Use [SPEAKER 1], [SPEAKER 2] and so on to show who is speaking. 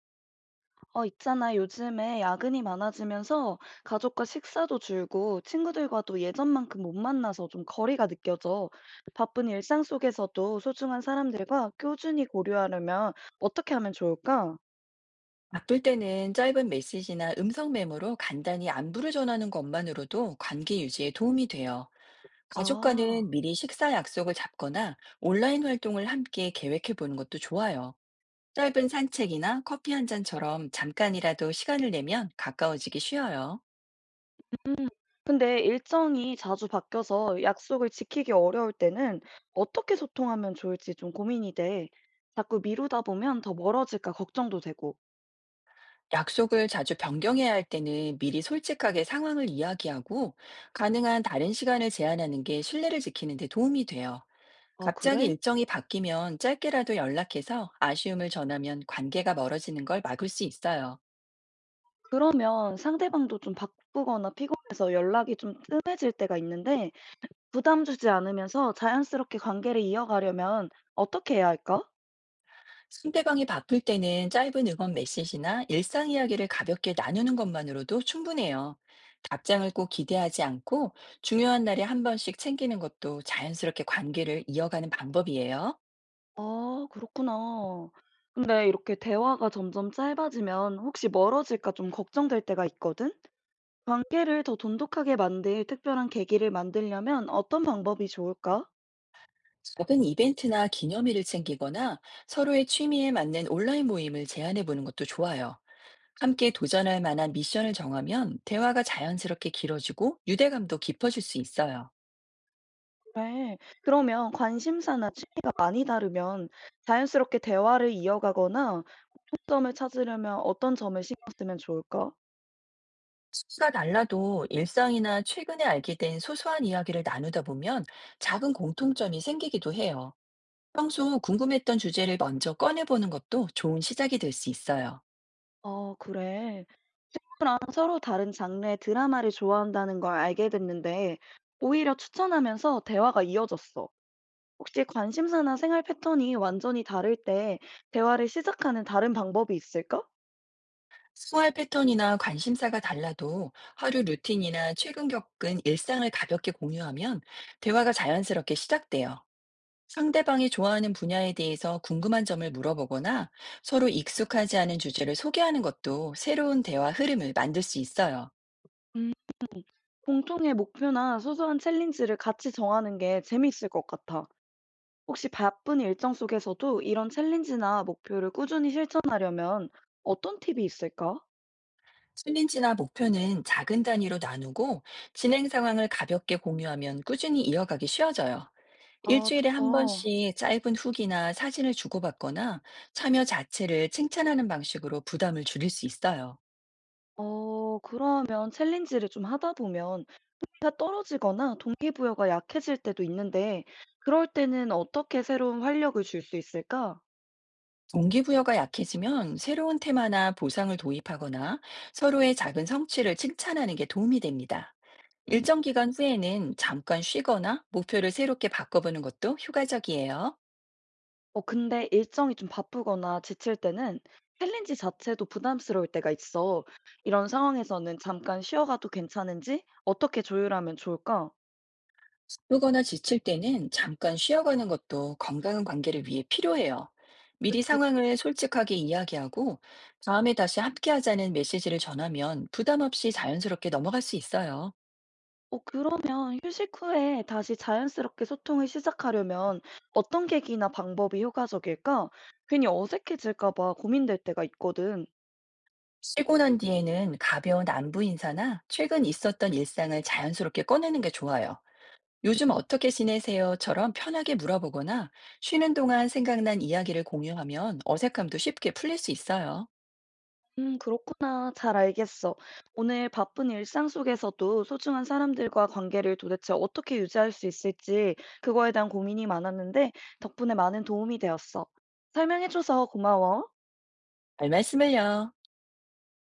[SPEAKER 1] 있잖아. 요즘에 야근이 많아지면서 가족과 식사도 줄고 친구들과도 예전만큼 못 만나서 좀 거리가 느껴져. 바쁜 일상 속에서도 소중한 사람들과 꾸준히 고려하려면 어떻게 하면 좋을까?
[SPEAKER 2] 바쁠 때는 짧은 메시지나 음성 메모로 간단히 안부를 전하는 것만으로도 관계 유지에 도움이 돼요.
[SPEAKER 1] 아,
[SPEAKER 2] 가족과는 미리 식사 약속을 잡거나 온라인 활동을 함께 계획해 보는 것도 좋아요. 짧은 산책이나 커피 한 잔처럼 잠깐이라도 시간을 내면 가까워지기 쉬워요.
[SPEAKER 1] 근데 일정이 자주 바뀌어서 약속을 지키기 어려울 때는 어떻게 소통하면 좋을지 좀 고민이 돼. 자꾸 미루다 보면 더 멀어질까 걱정도 되고.
[SPEAKER 2] 약속을 자주 변경해야 할 때는 미리 솔직하게 상황을 이야기하고, 가능한 다른 시간을 제한하는 게 신뢰를 지키는 데 도움이 돼요.
[SPEAKER 1] 아,
[SPEAKER 2] 갑자기
[SPEAKER 1] 그래?
[SPEAKER 2] 일정이 바뀌면 짧게라도 연락해서 아쉬움을 전하면 관계가 멀어지는 걸 막을 수 있어요.
[SPEAKER 1] 그러면 상대방도 좀 바쁘거나 피곤해서 연락이 좀 뜸해질 때가 있는데 부담 주지 않으면서 자연스럽게 관계를 이어가려면 어떻게 해야 할까?
[SPEAKER 2] 상대방이 바쁠 때는 짧은 응원 메시지나 일상 이야기를 가볍게 나누는 것만으로도 충분해요. 답장을 꼭 기대하지 않고, 중요한 날에 한 번씩 챙기는 것도 자연스럽게 관계를 이어가는 방법이에요.
[SPEAKER 1] 아, 그렇구나. 근데 이렇게 대화가 점점 짧아지면 혹시 멀어질까 좀 걱정될 때가 있거든? 관계를 더 돈독하게 만들 특별한 계기를 만들려면 어떤 방법이 좋을까?
[SPEAKER 2] 작은 이벤트나 기념일을 챙기거나, 서로의 취미에 맞는 온라인 모임을 제안해 보는 것도 좋아요. 함께 도전할 만한 미션을 정하면 대화가 자연스럽게 길어지고 유대감도 깊어질 수 있어요.
[SPEAKER 1] 그래. 그러면 관심사나 취미가 많이 다르면 자연스럽게 대화를 이어가거나 점을 찾으려면 어떤 점을 신경 쓰면 좋을까?
[SPEAKER 2] 수가 달라도 일상이나 최근에 알게 된 소소한 이야기를 나누다 보면 작은 공통점이 생기기도 해요. 평소 궁금했던 주제를 먼저 꺼내보는 것도 좋은 시작이 될 수 있어요.
[SPEAKER 1] 어, 그래. 친구랑 서로 다른 장르의 드라마를 좋아한다는 걸 알게 됐는데, 오히려 추천하면서 대화가 이어졌어. 혹시 관심사나 생활 패턴이 완전히 다를 때 대화를 시작하는 다른 방법이 있을까?
[SPEAKER 2] 생활 패턴이나 관심사가 달라도 하루 루틴이나 최근 겪은 일상을 가볍게 공유하면 대화가 자연스럽게 시작돼요. 상대방이 좋아하는 분야에 대해서 궁금한 점을 물어보거나, 서로 익숙하지 않은 주제를 소개하는 것도 새로운 대화 흐름을 만들 수 있어요.
[SPEAKER 1] 음, 공통의 목표나 소소한 챌린지를 같이 정하는 게 재밌을 것 같아. 혹시 바쁜 일정 속에서도 이런 챌린지나 목표를 꾸준히 실천하려면 어떤 팁이 있을까?
[SPEAKER 2] 챌린지나 목표는 작은 단위로 나누고, 진행 상황을 가볍게 공유하면 꾸준히 이어가기 쉬워져요.
[SPEAKER 1] 아,
[SPEAKER 2] 일주일에 한
[SPEAKER 1] 좋다.
[SPEAKER 2] 번씩 짧은 후기나 사진을 주고받거나, 참여 자체를 칭찬하는 방식으로 부담을 줄일 수 있어요.
[SPEAKER 1] 그러면 챌린지를 좀 하다 보면 가 떨어지거나 동기부여가 약해질 때도 있는데, 그럴 때는 어떻게 새로운 활력을 줄 수 있을까?
[SPEAKER 2] 동기부여가 약해지면 새로운 테마나 보상을 도입하거나, 서로의 작은 성취를 칭찬하는 게 도움이 됩니다.
[SPEAKER 1] 음,
[SPEAKER 2] 일정 기간 후에는 잠깐 쉬거나 목표를 새롭게 바꿔보는 것도 효과적이에요.
[SPEAKER 1] 근데 일정이 좀 바쁘거나 지칠 때는 챌린지 자체도 부담스러울 때가 있어. 이런 상황에서는 잠깐 쉬어가도 괜찮은지 어떻게 조율하면 좋을까?
[SPEAKER 2] 바쁘거나 지칠 때는 잠깐 쉬어가는 것도 건강한 관계를 위해 필요해요. 미리
[SPEAKER 1] 그치.
[SPEAKER 2] 상황을 솔직하게 이야기하고, 다음에 다시 함께하자는 메시지를 전하면 부담 없이 자연스럽게 넘어갈 수 있어요.
[SPEAKER 1] 그러면 휴식 후에 다시 자연스럽게 소통을 시작하려면 어떤 계기나 방법이 효과적일까? 괜히 어색해질까 봐 고민될 때가 있거든.
[SPEAKER 2] 쉬고 난 뒤에는 가벼운 안부 인사나 최근 있었던 일상을 자연스럽게 꺼내는 게 좋아요. 요즘 어떻게 지내세요?처럼 편하게 물어보거나, 쉬는 동안 생각난 이야기를 공유하면 어색함도 쉽게 풀릴 수 있어요.
[SPEAKER 1] 그렇구나. 잘 알겠어. 오늘 바쁜 일상 속에서도 소중한 사람들과 관계를 도대체 어떻게 유지할 수 있을지 그거에 대한 고민이 많았는데 덕분에 많은 도움이 되었어. 설명해줘서 고마워.
[SPEAKER 2] 별 말씀을요.